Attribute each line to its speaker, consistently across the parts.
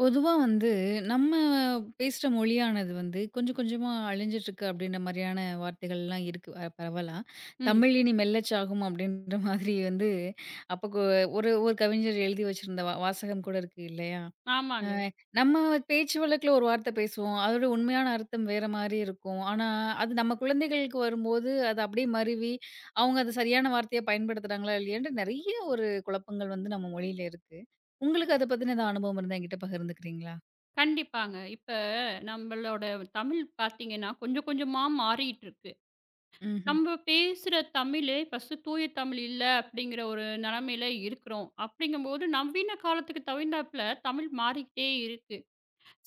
Speaker 1: பொதுவா வந்து நம்ம பேசுற மொழியானது வந்து கொஞ்சம் கொஞ்சமா அழிஞ்சிட்டு இருக்கு, அப்படின்ற மாதிரியான வார்த்தைகள்லாம் இருக்கு, பரவலா.
Speaker 2: ம்.
Speaker 1: தமிழ் இனி மெல்லச்சாகும் அப்படின்ற மாதிரி வந்து அப்போ ஒரு ஒரு கவிஞர் எழுதி வச்சிருந்த வாசகம் கூட இருக்கு இல்லையா? அ
Speaker 2: ஆமாங்க.
Speaker 1: நம்ம பேச்சு வழக்குல ஒரு வார்த்தை பேசுவோம். அதோட உண்மையான அர்த்தம் வேற மாரி இருக்கும். ஆனா, அது நம்ம குழந்தைகளுக்கு வரும்போது, அது அப்படியே மருவி, அவங்க அத சரியான வார்த்தையா பயன்படுத்துறாங்களா இல்லையான்ட்டு நெறைய ஒரு குழப்பங்கள் வந்து நம்ம மொழியில இருக்கு. உங்களுக்கு அத பத்தின ஏதாவது அனுபவம் இருந்தா என்கிட்ட பகிர்ந்துக்கிறீங்களா?
Speaker 2: கண்டிப்பாங்க. இப்ப நம்மளோட தமிழ் பார்த்தீங்கன்னா, கொஞ்சம் கொஞ்சமா மாறிட்டுருக்கு.
Speaker 1: ம்ஹ்ம்.
Speaker 2: நம்ம பேசுற தமிழே ஃபர்ஸ்ட்டு தூய தமிழ் இல்ல அப்படிங்கிற ஒரு நிலைமையில இருக்கிறோம். அப்படிங்கும்போது நவீன காலத்துக்கு தகுந்தாப்புல தமிழ் மாறிக்கிட்டே இருக்கு.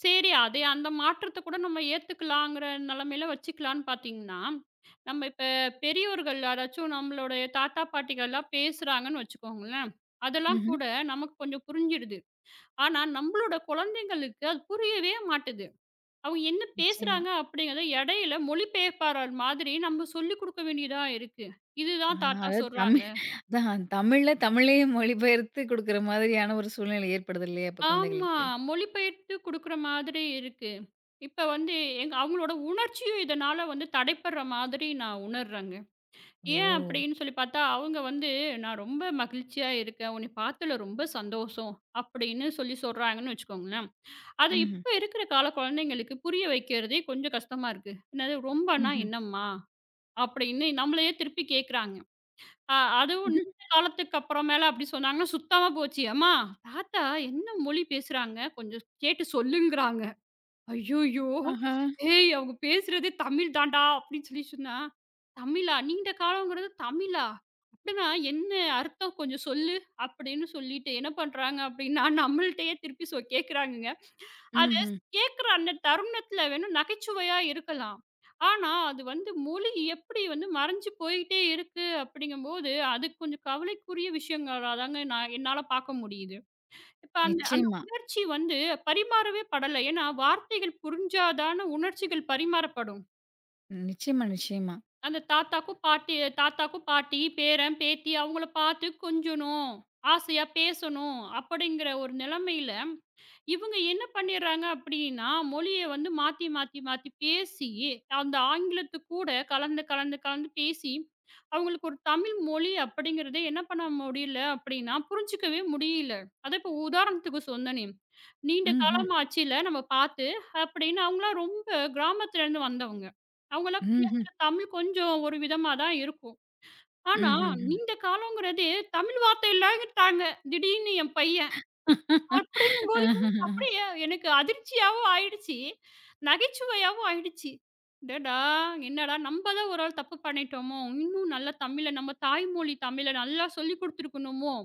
Speaker 2: சரி, அதே அந்த மாற்றத்த கூட நம்ம ஏத்துக்கலாங்கிற நிலைமையில வச்சுக்கலான்னு பார்த்தீங்கன்னா, நம்ம இப்ப பெரியோர்கள் யாராச்சும் நம்மளுடைய தாத்தா, பாட்டிகள்லாம் பேசுறாங்கன்னு வச்சுக்கோங்களேன், அதெல்லாம்
Speaker 1: ம்ஹ்ம்.
Speaker 2: கூட நமக்கு கொஞ்சம் புரிஞ்சிடுது. ஆனா, நம்பளோட குழந்தைங்களுக்கு அது புரியவே மாட்டுது. அவங்க என்ன
Speaker 1: நிச்சயமா.
Speaker 2: பேசுறாங்க அப்படிங்கிறத இடையில மொழிபெயர்ப்பாளர் மாதிரி நம்ம சொல்லிக் குடுக்க வேண்டியதா இருக்கு.
Speaker 1: ஆ
Speaker 2: இதுதான் தாத்தா
Speaker 1: அதாவது
Speaker 2: சொல்றாங்க.
Speaker 1: தமிழ், அதான் தமிழ்ல தமிழையே மொழிபெயர்த்து குடுக்குற மாதிரியான ஒரு சூழ்நிலை ஏற்படுது இல்லையா? இப்ப
Speaker 2: ஆமா.
Speaker 1: குழந்தைகளுக்கு.
Speaker 2: மொழிபெயர்த்து குடுக்குற மாதிரி இருக்கு. இப்ப வந்து எங்க அவங்களோட உணர்ச்சியும் இதனால வந்து தடைப்படுற மாதிரி நான் உணர்றேங்க. ஏன்
Speaker 1: ஓ!
Speaker 2: அப்படின்னு சொல்லி பார்த்தா, அவங்க வந்து "நான் ரொம்ப மகிழ்ச்சியா இருக்கேன். உன்னை பார்த்ததுல ரொம்ப சந்தோஷம்" அப்படின்னு சொல்றாங்கன்னு வச்சுக்கோங்களேன். அத
Speaker 1: ம்ஹ்ம்.
Speaker 2: இப்ப இருக்கிற கால குழந்தைங்களுக்கு புரிய வைக்கிறதே கொஞ்சம் கஷ்டமா இருக்கு. "என்னது ரொம்பனா
Speaker 1: ம்ஹ்ம்.
Speaker 2: என்னம்மா?" அப்படின்னு நம்மளையே திருப்பி கேட்குறாங்க. அ அதுவும் இந்த காலத்துக்கு அப்புறமேல அப்படி சொன்னாங்கன்னா, சுத்தமா போச்சு. "அம்மா, தாத்தா என்ன மொழி பேசுறாங்க? கொஞ்சம் கேட்டு சொல்லுங்கறாங்க." ஐய்யய்யோ!
Speaker 1: ஆஹா!
Speaker 2: "ஏய் அவங்க பேசுறதே தமிழ் தான்டா" அப்படின்னு சொன்னா, "தமிழா? நீண்ட காலம்ங்கிறது தமிழா? அப்படின்னா என்ன அர்த்தம் கொஞ்சம் சொல்லு" அப்படின்னு சொல்லிட்டு என்ன பண்றாங்க அப்படின்னா, நம்மள்ட்டயே திருப்பி கேட்குறாங்கங்க. அது
Speaker 1: ம்ஹ்ம்.
Speaker 2: கேட்குற அந்த தருணத்துல வேணா நகைச்சுவையா இருக்கலாம். ஆனா, அது வந்து மொழி எப்படி வந்து மறைஞ்சு போயிட்டே இருக்கு அப்படிங்கும்போது, அது கொஞ்சம் கவலைக்குரிய விஷயங்களா தாங்க நான் என்னால பார்க்க முடியுது. இப்ப அந்த அந்த
Speaker 1: நிச்சயமா.
Speaker 2: உணர்ச்சி வந்து பரிமாறவே படல. ஏன்னா, வார்த்தைகள் புரிஞ்சா தான உணர்ச்சிகள் பரிமாறப்படும்.
Speaker 1: நிச்சயமா, நிச்சயமா.
Speaker 2: அந்த தாத்தாக்கும் பாட்டி தாத்தாக்கும் பாட்டி, பேரன், பேத்தி அவங்கள பார்த்து கொஞ்சணும், ஆசையா பேசணும் அப்படிங்கிற ஒரு நிலைமையில இவங்க என்ன பண்ணிடுறாங்க அப்படின்னா, மொழிய வந்து மாத்தி, மாத்தி, மாத்தி பேசி, அந்த ஆங்கிலத்து கூட கலந்து, கலந்து, கலந்து பேசி, அவங்களுக்கு ஒரு தமிழ் மொழி அப்படிங்கிறதே என்ன பண்ண முடியல அப்படின்னா, புரிஞ்சுக்கவே முடியல. அதான் இப்போ உதாரணத்துக்கு சொன்னனே, நீண்ட
Speaker 1: ம்ஹ்ம்.
Speaker 2: காலமா ஆச்சுல்ல நம்ம பார்த்து, அப்படின்னு அவங்கலாம் ரொம்ப கிராமத்துலேருந்து வந்தவங்க. அவங்கலாம்
Speaker 1: ம்ஹ்ம்.
Speaker 2: பேசுற தமிழ் கொஞ்சம் ஒரு விதமா தான் இருக்கும். ஆனா, ம்.
Speaker 1: ம்ஹ்ம்.
Speaker 2: நீண்ட காலங்கிறதே தமிழ் வார்த்தை இல்லாட்டாங்க, திடீர்னு என் பையன்.
Speaker 1: ஆஹஹ.
Speaker 2: அப்படியா? எனக்கு அதிர்ச்சியாவும் ஆயிடுச்சு. நகைச்சுவையாவும் ஆயிடுச்சு. அடடா! என்னடா நம்ப தான் ஒரு ஆள் தப்பு பண்ணிட்டோமோ! இன்னும் நல்லா தமிழ நம்ம தாய்மொழி தமிழ நல்லா சொல்லிக் குடுத்துருக்கணுமோ!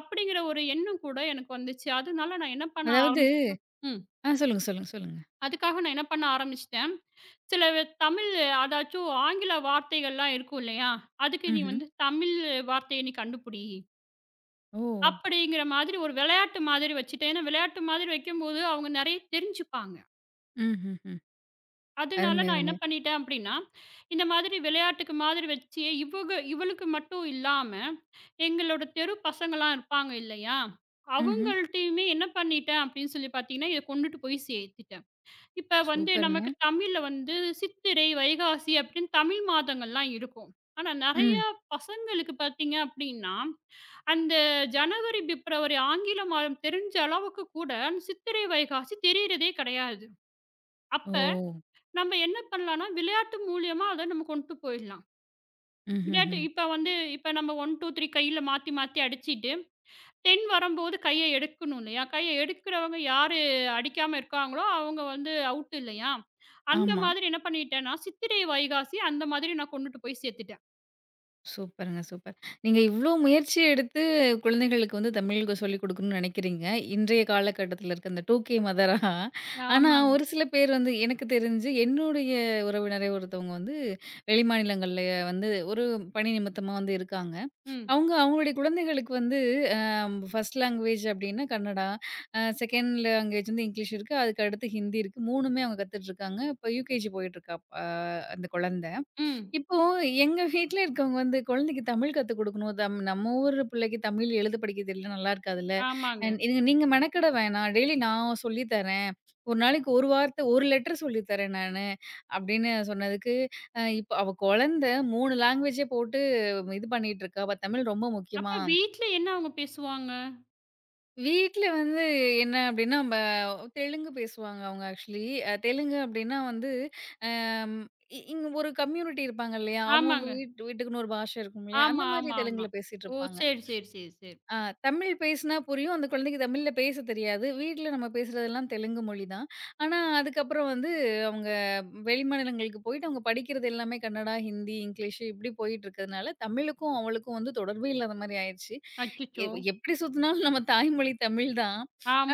Speaker 2: அப்படிங்கிற ஒரு எண்ணம் கூட எனக்கு வந்துச்சு. அதனால நான் என்ன பண்ண
Speaker 1: அதாவது
Speaker 2: ஆரம்பிச்சேன். ம்.
Speaker 1: ஆ சொல்லுங்க, சொல்லுங்க, சொல்லுங்க.
Speaker 2: அதுக்காக நான் என்ன பண்ண ஆரம்பிச்சுட்டேன், தமிழ் அதாச்சும் ஆங்கில வார்த்தைகள்லாம் இருக்கும் இல்லையா? அதுக்கு நீ
Speaker 1: ம்ஹ்ம்.
Speaker 2: வந்து தமிழ் வார்த்தைய நீ கண்டுபிடி.
Speaker 1: ஓ!
Speaker 2: அப்படிங்கிற மாதிரி ஒரு விளையாட்டு மாதிரி வச்சுட்டேன். ஏன்னா விளையாட்டு மாதிரி வைக்கும்போது அவங்க நெறைய தெரிஞ்சுப்பாங்க.
Speaker 1: ம்ஹ்ஹ்ம்.
Speaker 2: அதனால
Speaker 1: அருமை,
Speaker 2: நான் என்ன
Speaker 1: அருமை.
Speaker 2: பண்ணிட்டேன் அப்படின்னா, இந்த மாதிரி விளையாட்டுக்கு மாதிரி வச்சு, இவளுக்கு மட்டும் இல்லாம, எங்களோட தெரு பசங்கலாம் இருப்பாங்க இல்லையா?
Speaker 1: ம்ஹ்ம்.
Speaker 2: அவங்கள்ட்டயுமே என்ன பண்ணிட்டேன் அப்படின்னு சொல்லி பார்த்தீங்கன்னா, இத கொண்டுட்டு போய் சேர்த்துட்டேன். இப்ப வந்து
Speaker 1: சூப்பருங்க.
Speaker 2: நமக்கு தமிழ்ல வந்து சித்திரை, வைகாசி அப்படின்னு தமிழ் மாதங்கள்லாம் இருக்கும். ஆனா
Speaker 1: ம்.
Speaker 2: நெறையா பசங்களுக்கு பார்த்தீங்க அப்படின்னா, அந்த ஜனவரி, பிப்ரவரி ஆங்கில மாதம் தெரிஞ்ச அளவுக்கு கூட சித்திரை, வைகாசி தெரியறதே கிடையாது.
Speaker 1: ஓ!
Speaker 2: அப்ப நம்ம என்ன பண்ணலான்னா, விளையாட்டு மூலியமா அத நம்ம கொண்டு போயிடலாம். விளையாட்டு
Speaker 1: ம்ஹ்ஹ்ம்.
Speaker 2: இப்ப நம்ம 1, 2, 3 கையில மாத்தி மாத்தி அடிச்சிட்டு, 10 வரும்போது கைய எடுக்கணும் இல்லையா? கைய எடுக்கிறவங்க யாரு அடிக்காம இருக்காங்களோ, அவங்க வந்து அவுட் இல்லையா? அந்த
Speaker 1: ஆமா.
Speaker 2: மாதிரி என்ன பண்ணிட்டேன்னா, சித்திரை, வைகாசி அந்த மாதிரி நான் கொண்டுட்டு போய் சேர்த்துட்டேன்.
Speaker 1: சூப்பருங்க, சூப்பர். நீங்க இவ்ளோ முயற்சி எடுத்து குழந்தைகளுக்கு வந்து தமிழுக்கு சொல்லிக் குடுக்கணும்னு நெனைக்கிறீங்க. இன்றைய காலகட்டத்தில இருக்க அந்த 2கே மதரா. ஆனா
Speaker 2: ஆமாங்க.
Speaker 1: ஒரு சில பேர் வந்து எனக்கு தெரிஞ்சு என்னுடைய உறவினரே ஒருத்தவங்க வந்து வெளிமாநிலங்கள்ல வந்து ஒரு பணி நிமித்தமா வந்து இருக்காங்க.
Speaker 2: ம்.
Speaker 1: அவங்க அவங்களுடைய குழந்தைகளுக்கு வந்து அ ஃபர்ஸ்ட் லாங்குவேஜ் அப்டின்னா கன்னடா, செகண்ட் லாங்குவேஜ் வந்து இங்கிலீஷ் இருக்கு. அதுக்கு அடுத்து ஹிந்தி இருக்கு. 3மே அவங்க கத்துட்ருக்காங்க. இப்ப யுகேஜி போயிட்டுருக்கா அ அந்த குழந்த.
Speaker 2: ம்.
Speaker 1: இப்போ எங்க வீட்ல இருக்கவங்க வந்து குழந்தைக்கு தமிழ் கத்துக் குடுக்கணும். நம்ம ஊர் பிள்ளைக்கு தமிழ் எழுத படிக்க தெரியல நல்லா இருக்காதுல்ல.
Speaker 2: ஆமாங்க.
Speaker 1: நீங்க நீங்க மெனக்கெட வேணாம். டெய்லி நான் சொல்லி தரேன். ஒரு நாளைக்கு ஒரு வார்த்தை, ஒரு லெட்டர் சொல்லி தரேன் நானு. அப்படின்னு சொன்னதுக்கு, இப்ப அவ குழந்தை 3 லாங்குவேஜே போட்டு இது பண்ணிட்டு இருக்கா. அவ தமிழ் ரொம்ப முக்கியமா?
Speaker 2: அப்ப வீட்ல என்ன அவங்க பேசுவாங்க?
Speaker 1: வீட்ல வந்து என்ன அப்டின்னா, தெலுங்கு பேசுவாங்க அவங்க ஆக்சுவலி. தெலுங்கு அப்டின்னா வந்து, அம் இங்க ஒரு கம்யூனிட்டி இருப்பாங்க இல்லையா? அவங்கவங்க
Speaker 2: ஆமாங்க.
Speaker 1: வீட்டுக்குன்னு ஒரு பாஷை இருக்கும் இல்லையா? அந்த
Speaker 2: ஆமா,
Speaker 1: மாரி
Speaker 2: ஆமா, ஆமா.
Speaker 1: தெலுங்குல பேசிட்டு
Speaker 2: ஓ!
Speaker 1: இருப்பாங்க.
Speaker 2: சரி, சரி, சரி, சரி.
Speaker 1: ஆ தமிழ் பேசினா புரியும். அந்த குழந்தைக்கு தமிழ்ல பேச தெரியாது. வீட்ல நம்ம பேசுறதெல்லாம் தெலுங்கு மொழி தான். ஆனா, அதுக்கப்புறம் வந்து அவங்க வெளி மாநிலங்களுக்கு போயிட்டு அவங்க படிக்கிறது எல்லாமே கன்னடா, ஹிந்தி, இங்கிலீஷு இப்படி போயிட்டுருக்கிறதுனால, தமிழுக்கும் அவளுக்கும் வந்து தொடர்பே இல்லாத மாரி ஆயிருச்சு.
Speaker 2: அச்சச்சோ!
Speaker 1: எப்படி சுத்துனாலும் நம்ம தாய்மொழி தமிழ் தான்.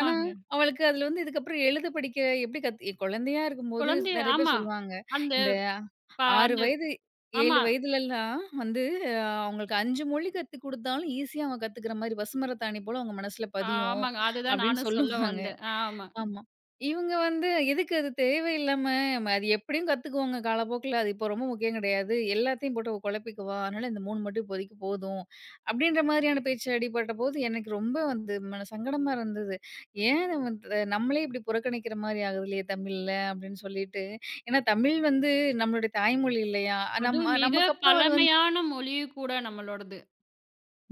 Speaker 1: ஆனா, அவளுக்கு அதுல வந்து இதுக்கப்புறம் எழுத படிக்க எப்படி கத் குழந்தையா இருக்கும்போது
Speaker 2: குழந்தைய
Speaker 1: நெறைய பேர்
Speaker 2: ஆமா.
Speaker 1: சொல்லுவாங்க.
Speaker 2: அந்த
Speaker 1: இந்த
Speaker 2: ப
Speaker 1: 6
Speaker 2: அந்த
Speaker 1: வயது 7
Speaker 2: ஆமா.
Speaker 1: வயதுலலாம் வந்து அ அவங்களுக்கு 5 மொழி கத்துக் குடுத்தாலும் ஈஸியா அவங்க கத்துக்கிற மாரி, "பசுமரத்தாணி போல அவங்க மனசுல பதியும்"
Speaker 2: ஆமாங்க. அதுதான்
Speaker 1: அப்படின்னு
Speaker 2: நானும் சொல்ல
Speaker 1: சொல்லுவாங்க.
Speaker 2: வந்தேன். ஆமா.
Speaker 1: ஆமா. இவங்க வந்து எதுக்கு அது தேவையில்லாம அது எப்படியும் கத்துக்குவாங்க காலப்போக்குல. அது இப்போ ரொம்ப முக்கியம் கிடையாது. எல்லாத்தையும் போட்டு குழப்பிக்குவா. அதனால இந்த 3 மட்டும் இப்போதைக்கு போதும். அப்படின்ற மாதிரியான பேச்சு அடிபட்டபோது எனக்கு ரொம்ப வந்து மன சங்கடமா இருந்தது. ஏன் நம்ம நம்மளே இப்படி புறக்கணிக்கிற மாரி ஆகுதுலயே தமிழ்ல அப்படின்னு சொல்லிட்டு. ஏன்னா தமிழ் வந்து நம்மளுடைய தாய்மொழி இல்லையா?
Speaker 2: அதுவும்
Speaker 1: நம்ம
Speaker 2: மிக
Speaker 1: நமக்கு அப்புறம் அது.
Speaker 2: பழமையான மொழி கூட நம்மளோடது.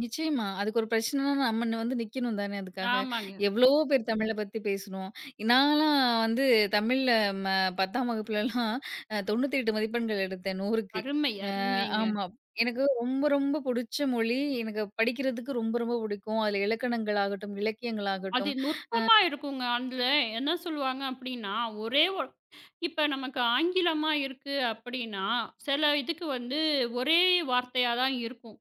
Speaker 1: நிச்சயமா. அதுக்கு ஒரு பிரச்சனைன்னா நம்ம வந்து நிக்கணும் தானே அதுக்காக.
Speaker 2: ஆமாங்க.
Speaker 1: எவ்வளவோ பேர் தமிழ பத்தி பேசணும். நான்லாம் வந்து தமிழ்ல ம 10ஆம் வகுப்புலலாம் 98 மதிப்பெண்கள் எடுத்தேன் 100க்கு.
Speaker 2: அருமை, அருமைங்க.
Speaker 1: ஆமா. எனக்கு ரொம்ப ரொம்ப புடிச்ச மொழி. எனக்கு படிக்கிறதுக்கு ரொம்ப ரொம்ப புடிக்கும். அதுல இலக்கணங்கள் ஆகட்டும், இலக்கியங்கள்
Speaker 2: அது
Speaker 1: ஆகட்டும்.
Speaker 2: நுட்பமா இருக்குங்க. அதுல என்ன சொல்லுவாங்க அப்டின்னா, ஒரே ஒ இப்ப நமக்கு ஆங்கிலமா இருக்கு அப்டின்னா, சில இதுக்கு வந்து ஒரே வார்த்தையா தான் இருக்கும்.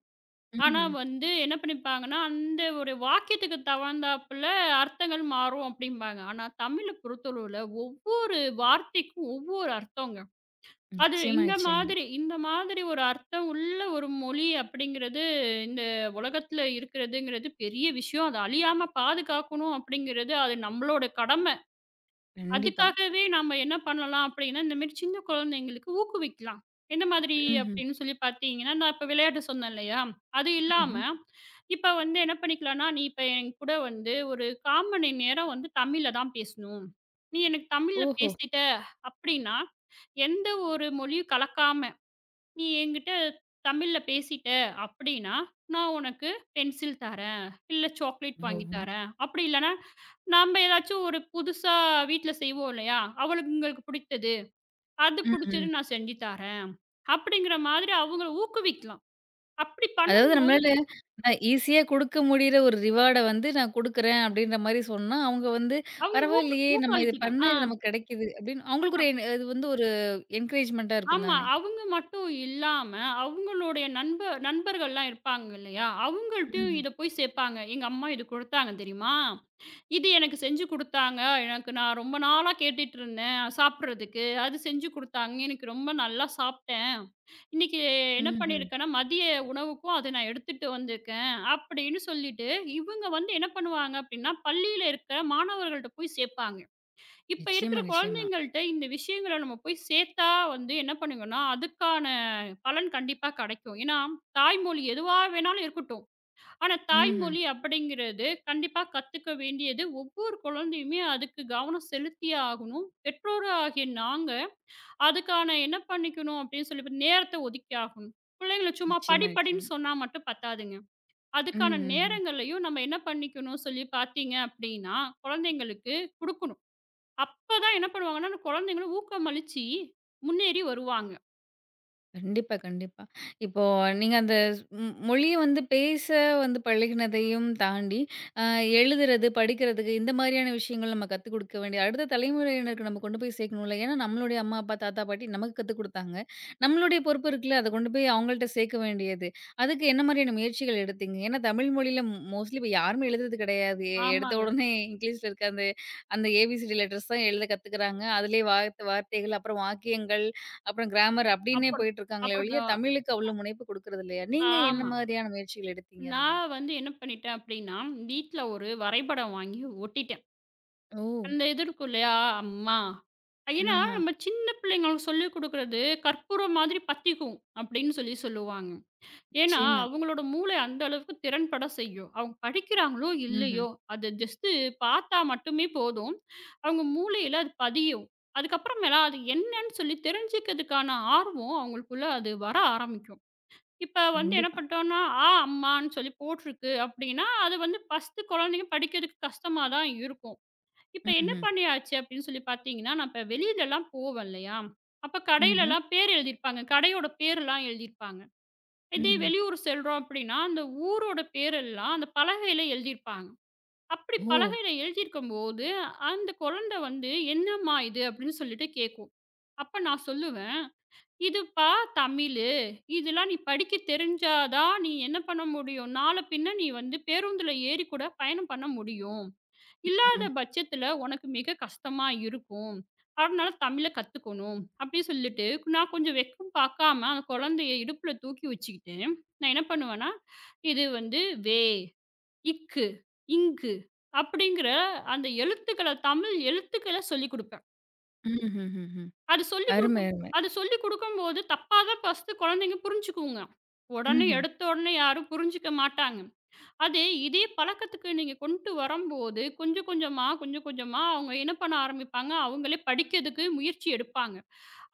Speaker 2: ஆனா
Speaker 1: ம்ஹ்ம்.
Speaker 2: வந்து என்ன பண்ணிப்பாங்கன்னா, அந்த ஒரு வாக்கியத்துக்கு தகுந்தாப்புல அர்த்தங்கள் மாறும் அப்டிம்பாங்க. ஆனா தமிழ பொறுத்தளவுல ஒவ்வொரு வார்த்தைக்கும் ஒவ்வொரு அர்த்தங்க. அது
Speaker 1: நிச்சயமா,
Speaker 2: இந்த
Speaker 1: நிச்சயமா.
Speaker 2: மாதிரி இந்த மாதிரி ஒரு அர்த்தம் உள்ள ஒரு மொழி அப்படிங்கிறது, இந்த உலகத்துல இருக்கிறதுங்கிறது பெரிய விஷயம். அது அழியாம பாதுகாக்கணும் அப்படிங்கிறது, அது நம்மளோட கடம.
Speaker 1: கண்டிப்பா.
Speaker 2: அதுக்காகவே நாம என்ன பண்ணலாம் அப்படின்னா, இந்த மாரி சின்ன குழந்தைங்களுக்கு ஊக்குவிக்கலாம். எந்த மாதிரி
Speaker 1: ம்ஹ்ம்.
Speaker 2: அப்படின்னு சொல்லி பார்த்தீங்கன்னா, நான் இப்ப விளையாட்டு சொன்னேன் இல்லையா? அது இல்லாம,
Speaker 1: ம்ஹ்ம்.
Speaker 2: இப்ப வந்து என்ன பண்ணிக்கலாம்னா, "நீ இப்ப என் கூட வந்து ஒரு 1/4 மணி நேரம் வந்து தமிழ்ல தான் பேசணும். நீ எனக்கு தமிழ்ல
Speaker 1: ஓஹோ!
Speaker 2: பேசிட்ட அப்படின்னா, எந்த ஒரு மொழியும் கலக்காம நீ என்கிட்ட தமிழ்ல பேசிட்ட அப்படின்னா, நான் உனக்கு பென்சில் தரேன், இல்ல சாக்லேட்
Speaker 1: ஓஹோ!
Speaker 2: வாங்கி தரேன். அப்படி இல்லன்னா, நம்ம ஏதாச்சும் ஒரு புதுசா வீட்ல செய்வோம் இல்லையா? அவளுங்களுக்கு பிடித்தது, அது
Speaker 1: ம்ஹ்ம்.
Speaker 2: பிடிச்சது நான் செஞ்சு தரேன். அப்படிங்கிற மாதிரி அவங்கள ஊக்குவிக்கலாம். அப்படி
Speaker 1: அதாவது
Speaker 2: பண்ணும்போது
Speaker 1: நம்மளால ஈஸியா குடுக்க முடியிற ஒரு ரிவார்ட வந்து நான் குடுக்குறேன் அப்படின்ற மாரி சொன்னா, அவங்க வந்து
Speaker 2: அவங்க ஊக்க
Speaker 1: பரவாயில்லையே! நம்ம இது
Speaker 2: ஊக்களிக்கலாம்.
Speaker 1: பண்ணா
Speaker 2: ஆ.
Speaker 1: இது நமக்கு கிடைக்குது அப்படின்னு அவங்களுக்கு ஒரு இது வந்து ஒரு என்கரேஜ்மென்ட்டா இருக்கும்
Speaker 2: ஆமா.
Speaker 1: தானே!
Speaker 2: அவங்க மட்டும் இல்லாம, அவங்களுடைய நண்பர்கள்லாம் இருப்பாங்க இல்லையா? அவங்கள்ட்டயும்
Speaker 1: ம்ஹ்ம்.
Speaker 2: இத போய் சேப்பாங்க. "எங்க அம்மா இது குடுத்தாங்க தெரியுமா? இது எனக்கு செஞ்சு குடுத்தாங்க. எனக்கு நான் ரொம்ப நாளா கேட்டுட்டுருந்தேன் சாப்பிடுறதுக்கு. அது செஞ்சு குடுத்தாங்க. எனக்கு ரொம்ப நல்லா சாப்பிட்டேன். இன்னைக்கு என்ன
Speaker 1: ம்ஹ்ம்.
Speaker 2: பண்ணியிருக்கேன்னா, மதிய உணவுக்கும் அத நான் எடுத்துட்டு வந்திருக்கேன்." அப்படின்னு சொல்லிட்டு, இவங்க வந்து என்ன பண்ணுவாங்க அப்படின்னா, பள்ளியில இருக்கிற மாணவர்கள்ட்ட போய் சேப்பாங்க. இப்ப இருக்கிற
Speaker 1: நிச்சயமா, நிச்சயமா.
Speaker 2: குழந்தைங்கள்ட்ட இந்த விஷயங்கள நம்ம போய் சேர்த்தா வந்து என்ன பண்ணுங்கன்னா, அதுக்கான பலன் கண்டிப்பா கிடைக்கும். ஏன்னா, தாய்மொழி எதுவா வேணாலும் இருக்கட்டும். ஆனா,
Speaker 1: ம்ஹ்ம்.
Speaker 2: தாய்மொழி அப்படிங்கிறது கண்டிப்பா கத்துக்க வேண்டியது ஒவ்வொரு குழந்தையுமே அதுக்கு கவனம் செலுத்தியே ஆகணும். பெற்றோர் ஆகிய நாங்க அதுக்கான என்ன பண்ணிக்கணும் அப்படின்னு சொல்லி நேரத்த ஒதுக்கி ஆகணும். பிள்ளைங்கள சும்மா படி
Speaker 1: நிச்சயமா, நிச்சயமா.
Speaker 2: படின்னு சொன்னா மட்டும் பத்தாதுங்க.
Speaker 1: ம்,
Speaker 2: அதுக்கான
Speaker 1: ம், ம்.
Speaker 2: நேரங்களையும் நம்ம என்ன பண்ணிக்கணும் சொல்லி பார்த்தீங்க அப்படின்னா, குழந்தைங்களுக்கு குடுக்கணும். அப்பதான் என்ன பண்ணுவாங்கன்னா, அந்த குழந்தைங்களும் ஊக்கமளிச்சு முன்னேறி வருவாங்க.
Speaker 1: கண்டிப்பா, கண்டிப்பா. இப்போ நீங்க அந்த ஸ்- ம் மொழிய வந்து பேச வந்து பழகினதையும் தாண்டி, அ எழுதுறது, படிக்கிறதுக்கு இந்த மாரியான விஷயங்கள் நம்ம கத்துக் குடுக்க வேண்டிய அடுத்த தலைமுறையினருக்கு நம்ம கொண்டு போய் சேர்க்கணும்ல. ஏன்னா, நம்மளுடைய அம்மா, அப்பா, தாத்தா, பாட்டி நமக்கு கத்துக் குடுத்தாங்க. நம்மளுடைய பொறுப்பு இருக்குல்ல, அத கொண்டு போய் அவங்கள்ட்ட சேர்க்க வேண்டியது. அதுக்கு என்ன மாரியான முயற்சிகள் எடுத்தீங்க? ஏன்னா, தமிழ் மொழியில மோஸ்ட்லி இப்ப யாருமே எழுதுறது கிடையாது. எடுத்த
Speaker 2: ஆமாங்க.
Speaker 1: உடனே இங்கிலீஷ்ல இருக்க அந்த அந்த ஏபிசிடி லெட்டர்ஸ் தான் எழுத கத்துக்கிறாங்க. அதிலேயே வார்த்தைகள், அப்புறம் வாக்கியங்கள் அப்புறம் கிராமர் அப்டின்னே
Speaker 2: அப்புறம்
Speaker 1: போயிட்டுருக்காங்களே
Speaker 2: அப்புறம்
Speaker 1: ஒழிய,
Speaker 2: த
Speaker 1: தமிழுக்கு அவ்ளோ முனைப்பு குடுக்குறது இல்லையா? நீங்க என்ன
Speaker 2: ஆமா.
Speaker 1: மாதிரியான முயற்சிகள் எடுத்தீங்க அதுல?
Speaker 2: நான் வந்து என்ன பண்ணிட்டேன் அப்படின்னா, வீட்ல ஒரு வரைபடம் வாங்கி ஒட்டிட்டேன்.
Speaker 1: ஓ!
Speaker 2: அந்த இது இருக்கும் இல்லையா? அம்மா. ஏன்னா,
Speaker 1: ஆஹா.
Speaker 2: நம்ம சின்ன பிள்ளைங்களுக்கு சொல்லிக் குடுக்குறது கற்பூரம் மாதிரி பத்திக்கும் அப்படின்னு சொல்லுவாங்க. ஏன்னா,
Speaker 1: நிச்சயமா.
Speaker 2: அவங்களோட மூளை அந்த அளவுக்கு திறன்பட செய்யும். அவங்க படிக்கிறாங்களோ,
Speaker 1: ம்ஹ்ம்.
Speaker 2: இல்லையோ, அது ஜஸ்ட்டு பார்த்தா மட்டுமே போதும். அவங்க மூளையில அது பதியும். அதுக்கப்புறமேலா அது என்னன்னு சொல்லி தெரிஞ்சுக்கிறதுக்கான ஆர்வம் அவங்களுக்குள்ள அது வர ஆரம்பிக்கும். இப்ப வந்து என்ன
Speaker 1: கண்டிப்பா.
Speaker 2: பண்ணிட்டோம்னா, ஆ, அம்மான்னு சொல்லி போட்டிருக்கு அப்படின்னா, அது வந்து ஃபர்ஸ்ட்டு குழந்தைங்க படிக்கிறதுக்கு கஷ்டமா தான் இருக்கும். இப்ப என்ன
Speaker 1: ம்ஹ்ம்.
Speaker 2: பண்ணியாச்சு அப்படின்னு சொல்லி பார்த்தீங்கன்னா, நான் இப்ப வெளியிலலாம் போவேன் இல்லையா? அப்ப
Speaker 1: ம்ஹ்ம்.
Speaker 2: கடையிலலாம் பேர் எழுதியிருப்பாங்க. கடையோட பேர்லாம் எழுதியிருப்பாங்க. இதே
Speaker 1: ம்ஹ்ம்.
Speaker 2: வெளியூர் செல்றோம் அப்படின்னா, அந்த ஊரோட பேரெல்லாம் அந்த பலகையில எழுதியிருப்பாங்க. அப்படி
Speaker 1: ஓ!
Speaker 2: பலகையில எழுதியிருக்கும்போது, அந்த குழந்தை வந்து "என்னம்மா இது?" அப்படின்னு சொல்லிட்டு கேட்கும். அப்ப நான் சொல்லுவேன், "இதுப்பா தமிழு. இதெல்லாம் நீ படிக்க தெரிஞ்சா தான் நீ என்ன பண்ண முடியும்? நாள பின்ன நீ வந்து பேருந்துல ஏறி கூட பயணம் பண்ண முடியும். இல்லாத
Speaker 1: ம்ஹ்ம்.
Speaker 2: பட்சத்துல உனக்கு மிக கஷ்டமா இருக்கும். அதனால தமிழ கத்துக்கணும்." அப்படி சொல்லிட்டு நான் கொஞ்சம் வெக்கம் பாக்காம அந்த குழந்தைய இடுப்புல தூக்கி வச்சுக்கிட்டு, நான் என்ன பண்ணுவேன்னா, இது வந்து வே, இக்கு, இங்கு அப்படிங்கிற அந்த எழுத்துக்கள தமிழ் எழுத்துக்கள சொல்லிக் குடுப்பேன்.
Speaker 1: ம்ஹ்ஹ்ஹ்ம்.
Speaker 2: அது சொல்லிக்
Speaker 1: அருமை,
Speaker 2: குடுக்க
Speaker 1: அருமை.
Speaker 2: அது சொல்லிக் குடுக்கும்போது தப்பா தான் ஃபர்ஸ்ட்டு குழந்தைங்க புரிஞ்சுக்குங்க. உடனே
Speaker 1: ம்ஹ்ம்.
Speaker 2: எடுத்த உடனே யாரும் புரிஞ்சுக்க மாட்டாங்க. அது இதே பழக்கத்துக்கு நீங்க கொண்டு வரம்போது, கொஞ்சம் கொஞ்சமா அவங்க என்ன பண்ண ஆரம்பிப்பாங்க, அவங்களே படிக்கிறதுக்கு முயற்சி எடுப்பாங்க.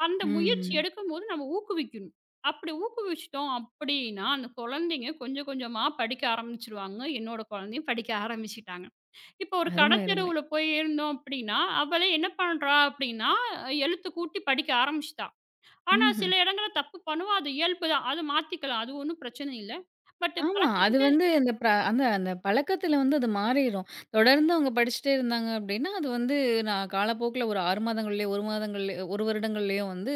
Speaker 2: அந்த முயற்சி
Speaker 1: ம்.
Speaker 2: எடுக்கும்போது நம்ம ஊக்குவிக்கணும். அப்படி ஊக்குவிச்சுட்டோம் அப்படின்னா, அந்த குழந்தைங்க கொஞ்சம் கொஞ்சமா படிக்க ஆரம்பிச்சுருவாங்க. என்னோட குழந்தையும் படிக்க ஆரம்பிச்சுட்டாங்க. இப்போ ஒரு
Speaker 1: அருமை, அருமை.
Speaker 2: கடைத்தெருவுல போய் இருந்தோம் அப்படின்னா, அவளே என்ன பண்றா அப்படின்னா, எழுத்து கூட்டி படிக்க ஆரம்பிச்சுட்டா. ஆனா
Speaker 1: ம்ஹ்ம்.
Speaker 2: சில இடங்கள்ல தப்பு பண்ணுவா. அது இயல்பு தான். அத மாத்திக்கலாம். அது ஒண்ணும் பிரச்சனை இல்ல. பட்
Speaker 1: ஆமா. அது
Speaker 2: பழக்கத்துக்கு
Speaker 1: வந்து அந்த அந்த பழக்கத்துல வந்து அது மாறிரும். தொடர்ந்து அவங்க படிச்சுட்டே இருந்தாங்க அப்டின்னா, அது வந்து நான் காலப்போக்குல ஒரு 6 மாதங்கள்லயோ, 1 மாதங்கள்லயோ 1 வருடங்கள்லயோ வந்து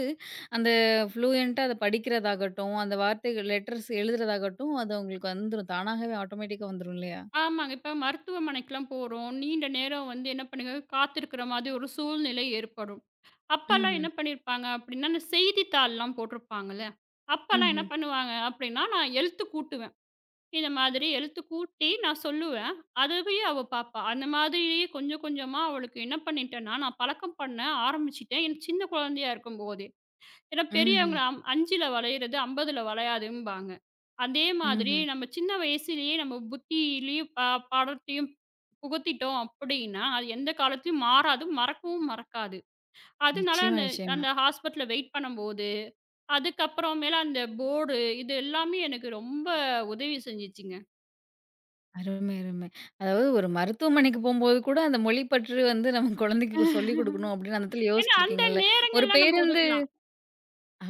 Speaker 1: அந்த ஃப்ளூயன்ட்டா அத படிக்கிறதாகட்டும், அந்த வார்த்தைகள் லெட்டர்ஸ் எழுதுறதாகட்டும், அது அவங்களுக்கு வந்துரும். தானாகவே ஆட்டோமேட்டிக்கா வந்துரும் இல்லையா?
Speaker 2: ஆமாங்க. இப்ப மருத்துவமனைக்குலாம் போறோம். நீண்ட நேரம் வந்து என்ன பண்ணுங்க, காத்திருக்கிற மாதிரி ஒரு சூழ்நிலை ஏற்படும். அப்பல்லாம்
Speaker 1: ம்ஹ்ம்.
Speaker 2: என்ன பண்ணியிருப்பாங்க அப்டின்னா, அந்த செய்தித்தாள்லாம் போட்டிருப்பாங்கல்ல. அப்பல்லாம்
Speaker 1: ம்ஹ்ம்.
Speaker 2: என்ன பண்ணுவாங்க அப்டின்னா, நான் எழுத்து கூட்டுவேன். இந்த மாதிரி எழுத்து கூட்டி நான் சொல்லுவேன். அதுவே அவ பாப்பா. அந்த மாதிரியே கொஞ்சம் கொஞ்சமா அவளுக்கு என்ன பண்ணிட்டேன்னா, நான் பழக்கம் பண்ண ஆரம்பிச்சுட்டேன். என் சின்ன குழந்தையா இருக்கும்போதே. ஏன்னா
Speaker 1: ம்ஹ்ம்.
Speaker 2: பெரியவங்க 5ல வளையிறது 50ல வளையாதும்பாங்க. அதே மாதிரி
Speaker 1: ம்ஹ்ம்.
Speaker 2: நம்ம சின்ன வயசுலயே நம்ம புத்தியிலயும் பாடத்தையும் புகுத்திட்டோம் அப்படின்னா, அது எந்த காலத்துலயும் மாறாது, மறக்கவும் மறக்காது. அதனால
Speaker 1: நிச்சயமா,
Speaker 2: அந்த
Speaker 1: நிச்சயமா.
Speaker 2: அந்த ஹாஸ்பிட்டல்ல வெயிட் பண்ணும்போது, அதுக்கப்புறமேல அந்த போர்டு இது எல்லாமே எனக்கு ரொம்ப உதவி செஞ்சுச்சுங்க.
Speaker 1: அருமை, அருமை. அதாவது ஒரு மருத்துவமனைக்கு போம்போது கூட அந்த மொழி பற்று வந்து நம்ம குழந்தைக்கு சொல்லிக் குடுக்கணும் அப்டின்னு அந்த இடத்துல
Speaker 2: ஏன்னா அந்த
Speaker 1: யோசிச்சிருக்கீங்கல்ல. ஒரு
Speaker 2: நேரங்கள்லாம் நம்ம
Speaker 1: பேருந்து.
Speaker 2: ஒதுக்கலாம்.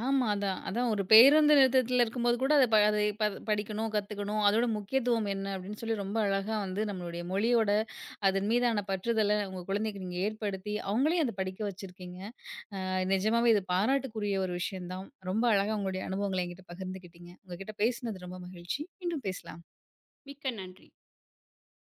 Speaker 1: ஆமா. அதான். அதான் ஒரு பேருந்து நிறுத்தத்தில இருக்கும்போது கூட அத ப அதை படிக்கணும், கத்துக்கணும். அதோட முக்கியத்துவம் என்ன அப்படின்னு சொல்லி ரொம்ப அழகா வந்து நம்மளுடைய மொழியோட அதன் மீதான பற்றுதல உங்க குழந்தைக்கு நீங்க ஏற்படுத்தி, அவங்களையும் அத படிக்க வச்சிருக்கீங்க. நிஜமாவே இது பாராட்டுக்குரிய ஒரு விஷயம் தான். ரொம்ப அழகா உங்களுடைய அனுபவங்கள என்கிட்ட பகிர்ந்துக்கிட்டீங்க. உங்ககிட்ட பேசினது ரொம்ப மகிழ்ச்சி. மீண்டும் பேசலாம்.
Speaker 2: மிக்க நன்றி.